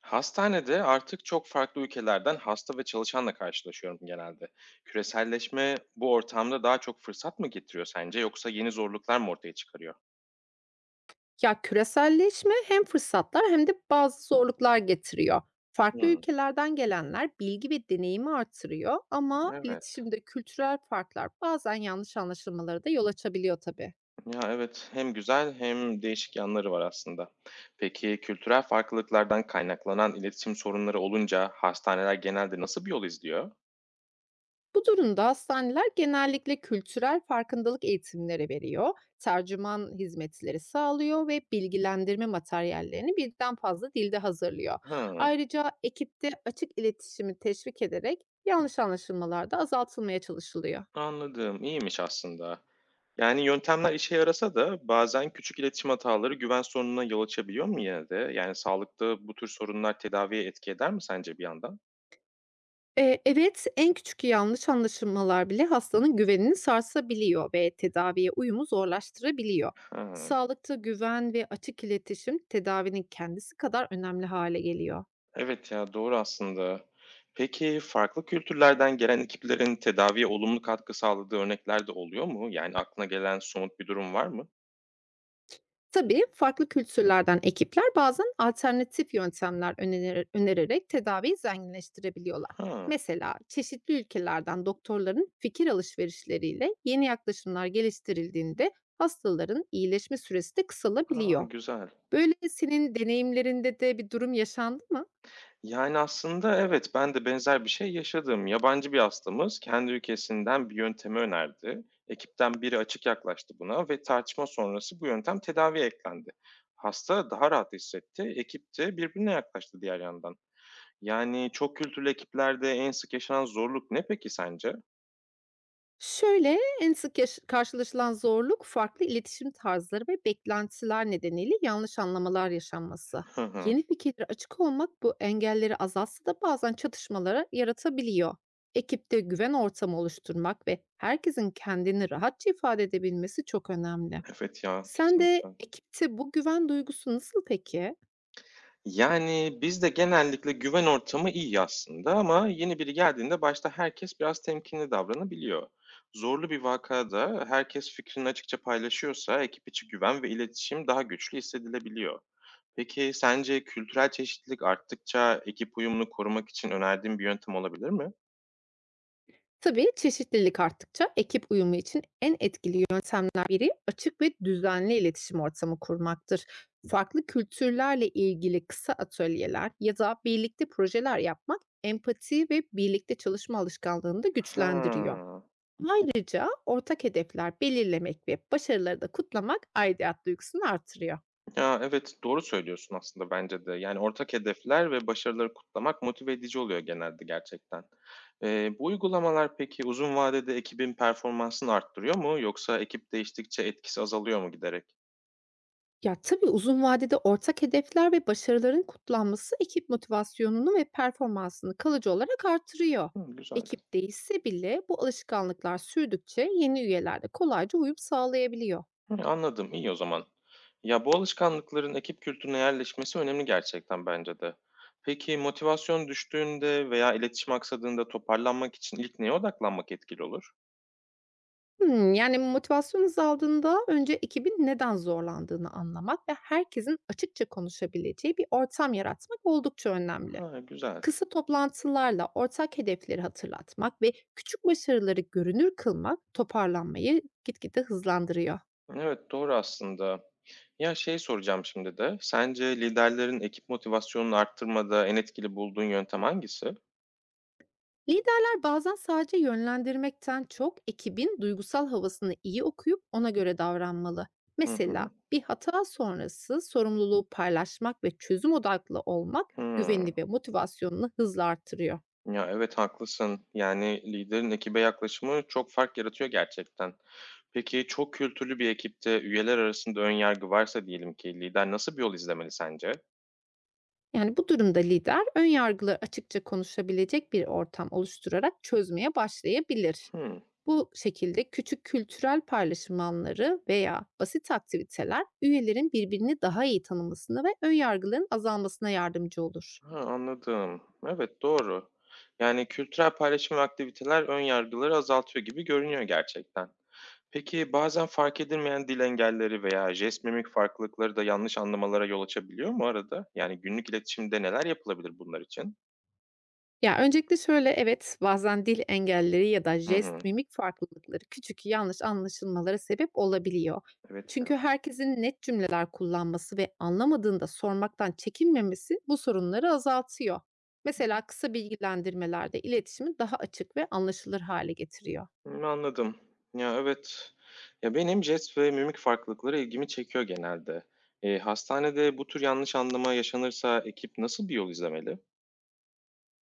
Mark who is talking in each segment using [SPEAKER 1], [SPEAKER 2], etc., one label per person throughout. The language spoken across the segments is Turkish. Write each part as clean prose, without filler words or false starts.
[SPEAKER 1] Hastanede artık çok farklı ülkelerden hasta ve çalışanla karşılaşıyorum genelde. Küreselleşme bu ortamda daha çok fırsat mı getiriyor sence yoksa yeni zorluklar mı ortaya çıkarıyor?
[SPEAKER 2] Ya, küreselleşme hem fırsatlar hem de bazı zorluklar getiriyor. Farklı
[SPEAKER 1] Hmm,
[SPEAKER 2] ülkelerden gelenler bilgi ve deneyimi artırıyor ama
[SPEAKER 1] evet.
[SPEAKER 2] iletişimde kültürel farklar bazen yanlış anlaşılmalara da yol açabiliyor tabii.
[SPEAKER 1] Ya evet, hem güzel hem değişik yanları var aslında. Peki kültürel farklılıklardan kaynaklanan iletişim sorunları olunca hastaneler genelde nasıl bir yol izliyor?
[SPEAKER 2] Bu durumda hastaneler genellikle kültürel farkındalık eğitimleri veriyor, tercüman hizmetleri sağlıyor ve bilgilendirme materyallerini birden fazla dilde hazırlıyor.
[SPEAKER 1] Hı,
[SPEAKER 2] Ayrıca ekipte açık iletişimi teşvik ederek yanlış anlaşılmalar da azaltılmaya çalışılıyor.
[SPEAKER 1] anladım. İyiymiş aslında. Yani yöntemler işe yarasa da bazen küçük iletişim hataları güven sorununa yol açabiliyor mu yine de? Yani sağlıkta bu tür sorunlar tedaviye etki eder mi sence bir yandan?
[SPEAKER 2] Evet, en küçük yanlış anlaşılmalar bile hastanın güvenini sarsabiliyor ve tedaviye uyumu zorlaştırabiliyor.
[SPEAKER 1] Ha,
[SPEAKER 2] Sağlıkta güven ve açık iletişim tedavinin kendisi kadar önemli hale geliyor.
[SPEAKER 1] evet ya, doğru aslında. Peki farklı kültürlerden gelen ekiplerin tedaviye olumlu katkı sağladığı örnekler de oluyor mu? Yani aklına gelen somut bir durum var mı?
[SPEAKER 2] Tabii farklı kültürlerden ekipler bazen alternatif yöntemler önererek tedaviyi zenginleştirebiliyorlar.
[SPEAKER 1] Ha,
[SPEAKER 2] Mesela çeşitli ülkelerden doktorların fikir alışverişleriyle yeni yaklaşımlar geliştirildiğinde hastaların iyileşme süresi de
[SPEAKER 1] ha,
[SPEAKER 2] kısalabiliyor.
[SPEAKER 1] güzel.
[SPEAKER 2] Böyle, senin deneyimlerinde de bir durum yaşandı mı?
[SPEAKER 1] Yani, aslında evet, ben de benzer bir şey yaşadım. Yabancı bir hastamız kendi ülkesinden bir yöntemi önerdi. Ekipten biri açık yaklaştı buna ve tartışma sonrası bu yöntem tedaviye eklendi. Hasta daha rahat hissetti, ekip de birbirine yaklaştı diğer yandan. Yani, çok kültürlü ekiplerde en sık yaşanan zorluk ne peki sence?
[SPEAKER 2] Şöyle, en sık karşılaşılan zorluk farklı iletişim tarzları ve beklentiler nedeniyle yanlış anlamalar yaşanması.
[SPEAKER 1] Hı hı.
[SPEAKER 2] Yeni fikirlere açık olmak bu engelleri azaltsa da bazen çatışmalara yaratabiliyor. Ekipte güven ortamı oluşturmak ve herkesin kendini rahatça ifade edebilmesi çok önemli.
[SPEAKER 1] Evet ya,
[SPEAKER 2] Sen de
[SPEAKER 1] kesinlikle.
[SPEAKER 2] ekipte bu güven duygusu nasıl peki?
[SPEAKER 1] Yani, bizde genellikle güven ortamı iyi aslında, ama yeni biri geldiğinde başta herkes biraz temkinli davranabiliyor. Zorlu bir vakada herkes fikrini açıkça paylaşıyorsa ekip içi güven ve iletişim daha güçlü hissedilebiliyor. Peki sence kültürel çeşitlilik arttıkça ekip uyumunu korumak için önerdiğin bir yöntem olabilir mi?
[SPEAKER 2] Tabii çeşitlilik arttıkça ekip uyumu için en etkili yöntemler biri açık ve düzenli iletişim ortamı kurmaktır. Farklı kültürlerle ilgili kısa atölyeler ya da birlikte projeler yapmak empati ve birlikte çalışma alışkanlığını da güçlendiriyor.
[SPEAKER 1] Ha.
[SPEAKER 2] Ayrıca ortak hedefler belirlemek ve başarıları da kutlamak aidiyet duygusunu artırıyor.
[SPEAKER 1] Ya, evet, doğru söylüyorsun aslında bence de. Yani, ortak hedefler ve başarıları kutlamak motive edici oluyor genelde gerçekten. Bu uygulamalar peki uzun vadede ekibin performansını arttırıyor mu, yoksa ekip değiştikçe etkisi azalıyor mu giderek?
[SPEAKER 2] Ya, tabii uzun vadede ortak hedefler ve başarıların kutlanması ekip motivasyonunu ve performansını kalıcı olarak artırıyor.
[SPEAKER 1] Hımm, güzel.
[SPEAKER 2] Ekip değişse bile bu alışkanlıklar sürdükçe yeni üyeler de kolayca uyum sağlayabiliyor.
[SPEAKER 1] Hı, anladım, iyi o zaman. Ya, bu alışkanlıkların ekip kültürüne yerleşmesi önemli gerçekten bence de. Peki motivasyon düştüğünde veya iletişim aksadığında toparlanmak için ilk neye odaklanmak etkili olur?
[SPEAKER 2] Yani motivasyon azaldığında önce ekibin neden zorlandığını anlamak ve herkesin açıkça konuşabileceği bir ortam yaratmak oldukça önemli.
[SPEAKER 1] Ha, güzel.
[SPEAKER 2] Kısa toplantılarla ortak hedefleri hatırlatmak ve küçük başarıları görünür kılmak toparlanmayı gitgide hızlandırıyor.
[SPEAKER 1] Evet, doğru aslında. Ya, şey soracağım şimdi de, sence liderlerin ekip motivasyonunu arttırmada en etkili bulduğun yöntem hangisi?
[SPEAKER 2] Liderler bazen sadece yönlendirmekten çok ekibin duygusal havasını iyi okuyup ona göre davranmalı.
[SPEAKER 1] Hı
[SPEAKER 2] Mesela
[SPEAKER 1] hı.
[SPEAKER 2] bir hata sonrası sorumluluğu paylaşmak ve çözüm odaklı olmak güvenini
[SPEAKER 1] Hımm.
[SPEAKER 2] ve motivasyonunu hızla artırıyor.
[SPEAKER 1] Ya, evet, haklısın. Yani, liderin ekibe yaklaşımı çok fark yaratıyor gerçekten. Peki, çok kültürlü bir ekipte üyeler arasında ön yargı varsa diyelim ki, lider nasıl bir yol izlemeli sence?
[SPEAKER 2] Yani bu durumda lider ön yargıları açıkça konuşabilecek bir ortam oluşturarak çözmeye başlayabilir.
[SPEAKER 1] Hımm.
[SPEAKER 2] Bu şekilde küçük kültürel paylaşım anları veya basit aktiviteler üyelerin birbirini daha iyi tanımasına ve ön yargıların azalmasına yardımcı olur.
[SPEAKER 1] Ha, anladım. Evet, doğru. Yani, kültürel paylaşım ve aktiviteler ön yargıları azaltıyor gibi görünüyor gerçekten. Peki bazen fark edilmeyen dil engelleri veya jest mimik farklılıkları da yanlış anlamalara yol açabiliyor mu arada? Yani günlük iletişimde neler yapılabilir bunlar için?
[SPEAKER 2] Ya, öncelikle şöyle, evet, bazen dil engelleri ya da
[SPEAKER 1] Hı hı.
[SPEAKER 2] jest, mimik farklılıkları küçük yanlış anlaşılmalara sebep olabiliyor.
[SPEAKER 1] Evet ya.
[SPEAKER 2] Çünkü
[SPEAKER 1] Hı
[SPEAKER 2] herkesin net cümleler kullanması ve anlamadığında sormaktan çekinmemesi bu sorunları azaltıyor.
[SPEAKER 1] hı.
[SPEAKER 2] Mesela kısa bilgilendirmelerde iletişimi daha açık ve anlaşılır hale getiriyor.
[SPEAKER 1] Hı, anladım. Ya, evet. Ya, benim jest ve mimik farklılıkları ilgimi çekiyor genelde. E, hastanede bu tür yanlış anlama yaşanırsa ekip nasıl bir yol izlemeli?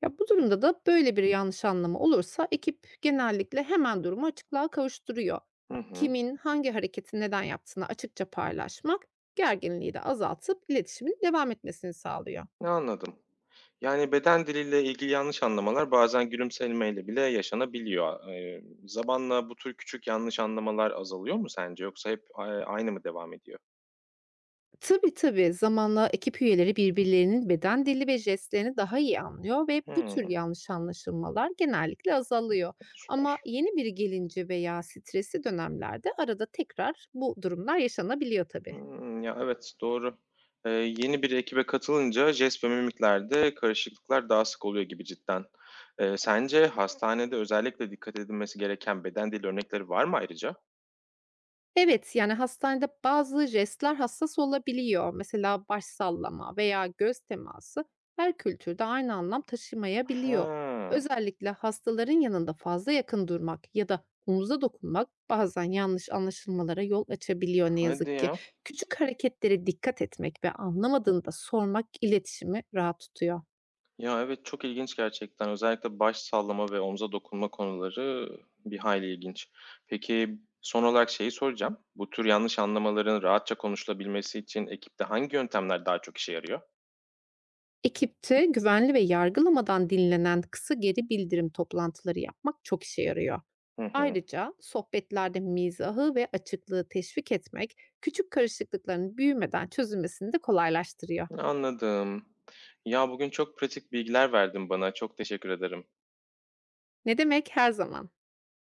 [SPEAKER 2] Ya, bu durumda da böyle bir yanlış anlama olursa ekip genellikle hemen durumu açıklığa kavuşturuyor.
[SPEAKER 1] Hı hı.
[SPEAKER 2] Kimin hangi hareketi neden yaptığını açıkça paylaşmak gerginliği de azaltıp iletişimin devam etmesini sağlıyor.
[SPEAKER 1] Anladım. Yani, beden diliyle ilgili yanlış anlamalar bazen gülümsemeyle bile yaşanabiliyor. Zamanla bu tür küçük yanlış anlamalar azalıyor mu sence, yoksa hep aynı mı devam ediyor?
[SPEAKER 2] Tabii tabii. Zamanla ekip üyeleri birbirlerinin beden dili ve jestlerini daha iyi anlıyor ve bu tür
[SPEAKER 1] Hımm,
[SPEAKER 2] yanlış anlaşılmalar genellikle azalıyor. Ama
[SPEAKER 1] süper.
[SPEAKER 2] yeni biri gelince veya stresli dönemlerde arada tekrar bu durumlar yaşanabiliyor tabii.
[SPEAKER 1] Hımm, ya, evet, doğru. Yeni bir ekibe katılınca jest ve mimiklerde karışıklıklar daha sık oluyor gibi cidden. Sence hastanede özellikle dikkat edilmesi gereken beden dili örnekleri var mı ayrıca?
[SPEAKER 2] Evet, yani hastanede bazı jestler hassas olabiliyor. Mesela baş sallama veya göz teması her kültürde aynı anlam
[SPEAKER 1] He,
[SPEAKER 2] taşımayabiliyor. Özellikle hastaların yanında fazla yakın durmak ya da omuza dokunmak bazen yanlış anlaşılmalara yol açabiliyor ne
[SPEAKER 1] hadi
[SPEAKER 2] yazık ki.
[SPEAKER 1] ya.
[SPEAKER 2] Küçük hareketlere dikkat etmek ve anlamadığında sormak iletişimi rahat tutuyor.
[SPEAKER 1] Ya, evet, çok ilginç gerçekten. Özellikle baş sallama ve omza dokunma konuları bir hayli ilginç. Peki, son olarak şeyi soracağım. Bu tür yanlış anlamaların rahatça konuşulabilmesi için ekipte hangi yöntemler daha çok işe yarıyor?
[SPEAKER 2] Ekipte güvenli ve yargılamadan dinlenen kısa geri bildirim toplantıları yapmak çok işe yarıyor.
[SPEAKER 1] Hı hı.
[SPEAKER 2] Ayrıca sohbetlerde mizahı ve açıklığı teşvik etmek küçük karışıklıkların büyümeden çözülmesini de kolaylaştırıyor.
[SPEAKER 1] Anladım. Ya, bugün çok pratik bilgiler verdin bana. Çok teşekkür ederim.
[SPEAKER 2] Ne demek her zaman.